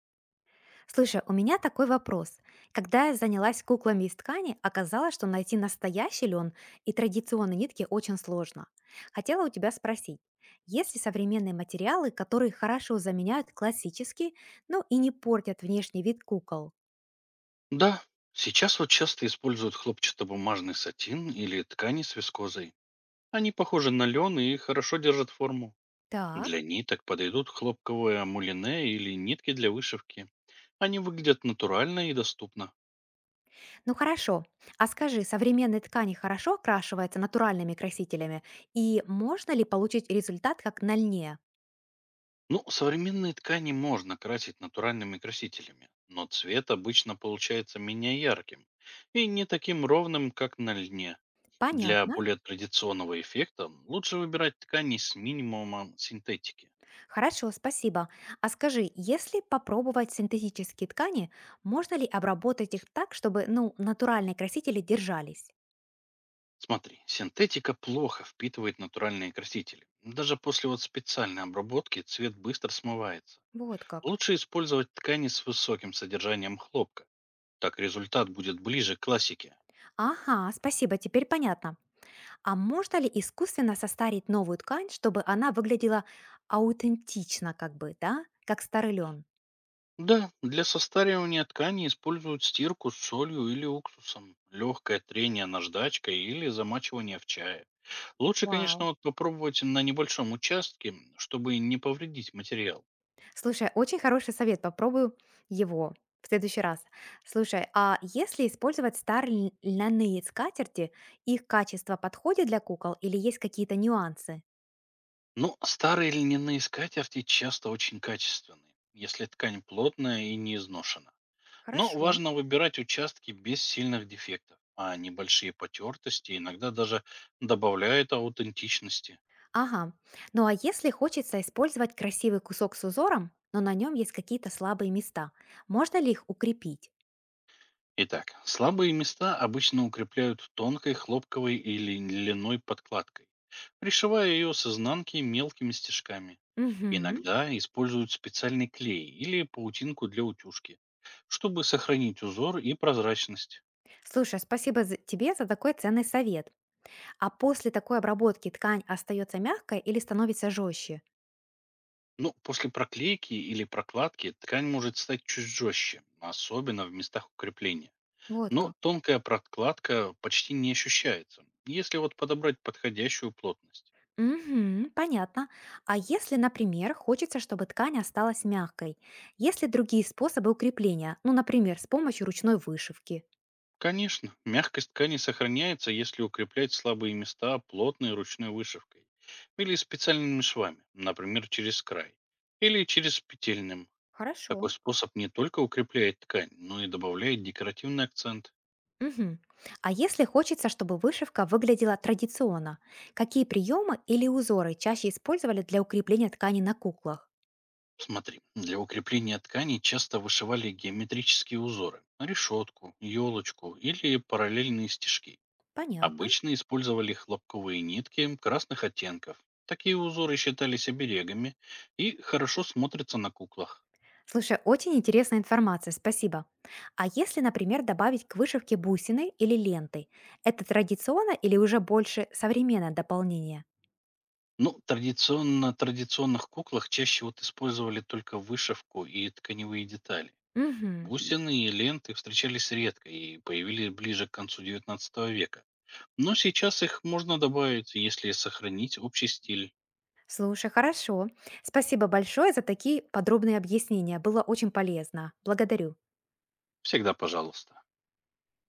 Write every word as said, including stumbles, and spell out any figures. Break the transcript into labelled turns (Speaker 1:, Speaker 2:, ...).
Speaker 1: Слушай, у меня такой вопрос. Когда я занялась куклами из ткани, оказалось, что найти настоящий лен и традиционные нитки очень сложно. Хотела у тебя спросить, есть ли современные материалы, которые хорошо заменяют классические, ну и не портят внешний вид кукол?
Speaker 2: Да, сейчас вот часто используют хлопчатобумажный сатин или ткани с вискозой. Они похожи на лен и хорошо держат форму. Для
Speaker 1: Так,
Speaker 2: ниток подойдут хлопковые амулине или нитки для вышивки. Они выглядят натурально и доступно.
Speaker 1: ну хорошо. А скажи, современные ткани хорошо окрашиваются натуральными красителями, и можно ли получить результат как на льне?
Speaker 2: Ну, современные ткани можно красить натуральными красителями, но цвет обычно получается менее ярким и не таким ровным, как на льне. Для
Speaker 1: Понятно.
Speaker 2: более традиционного эффекта лучше выбирать ткани с минимумом синтетики.
Speaker 1: Хорошо, спасибо. А скажи, если попробовать синтетические ткани, можно ли обработать их так, чтобы, ну, натуральные красители держались?
Speaker 2: Смотри, синтетика плохо впитывает натуральные красители. Даже после вот специальной обработки цвет быстро смывается.
Speaker 1: Вот как.
Speaker 2: Лучше использовать ткани с высоким содержанием хлопка. Так результат будет ближе к классике.
Speaker 1: Ага, спасибо, теперь понятно. А можно ли искусственно состарить новую ткань, чтобы она выглядела аутентично, как бы, да? Как старый лен?
Speaker 2: Да, для состаривания ткани используют стирку с солью или уксусом, легкое трение наждачкой или замачивание в чае. Лучше, конечно,
Speaker 1: Вау.
Speaker 2: вот попробовать на небольшом участке, чтобы не повредить материал.
Speaker 1: Слушай, очень хороший совет, попробую его в следующий раз. Слушай, а если использовать старые льняные скатерти, их качество подходит для кукол или есть какие-то нюансы?
Speaker 2: Ну, старые льняные скатерти часто очень качественные, если ткань плотная и не изношена. Но
Speaker 1: Хорошо.
Speaker 2: важно выбирать участки без сильных дефектов, а небольшие потертости иногда даже добавляют аутентичности.
Speaker 1: Ага. Ну а если хочется использовать красивый кусок с узором, но на нем есть какие-то слабые места, можно ли их укрепить?
Speaker 2: Итак, слабые места обычно укрепляют тонкой хлопковой или льняной подкладкой, пришивая ее с изнанки мелкими стежками.
Speaker 1: Мгм.
Speaker 2: Иногда используют специальный клей или паутинку для утюжки, чтобы сохранить узор и прозрачность.
Speaker 1: Слушай, спасибо за- тебе за такой ценный совет. А после такой обработки ткань остается мягкой или становится жестче?
Speaker 2: Ну, после проклейки или прокладки ткань может стать чуть жестче, особенно в местах укрепления.
Speaker 1: Вот
Speaker 2: Но
Speaker 1: как.
Speaker 2: тонкая прокладка почти не ощущается, если вот подобрать подходящую плотность.
Speaker 1: Мгм, понятно. А если, например, хочется, чтобы ткань осталась мягкой? Есть ли другие способы укрепления? Ну, например, с помощью ручной вышивки.
Speaker 2: Конечно, мягкость ткани сохраняется, если укреплять слабые места плотной ручной вышивкой или специальными швами, например, через край или через петельным.
Speaker 1: Хорошо.
Speaker 2: Такой способ не только укрепляет ткань, но и добавляет декоративный акцент.
Speaker 1: Мгм. А если хочется, чтобы вышивка выглядела традиционно, какие приемы или узоры чаще использовали для укрепления ткани на куклах?
Speaker 2: Смотри, для укрепления тканей часто вышивали геометрические узоры, решетку, елочку или параллельные стежки.
Speaker 1: Понятно.
Speaker 2: Обычно использовали хлопковые нитки красных оттенков. Такие узоры считались оберегами и хорошо смотрятся на куклах.
Speaker 1: Слушай, очень интересная информация, спасибо. А если, например, добавить к вышивке бусины или ленты, это традиционно или уже больше современное дополнение?
Speaker 2: Ну, традиционно традиционных куклах чаще вот использовали только вышивку и тканевые детали.
Speaker 1: Мгм.
Speaker 2: Бусины и ленты встречались редко и появились ближе к концу девятнадцатого века. Но сейчас их можно добавить, если сохранить общий стиль.
Speaker 1: Слушай, хорошо. Спасибо большое за такие подробные объяснения. Было очень полезно. Благодарю.
Speaker 2: Всегда пожалуйста.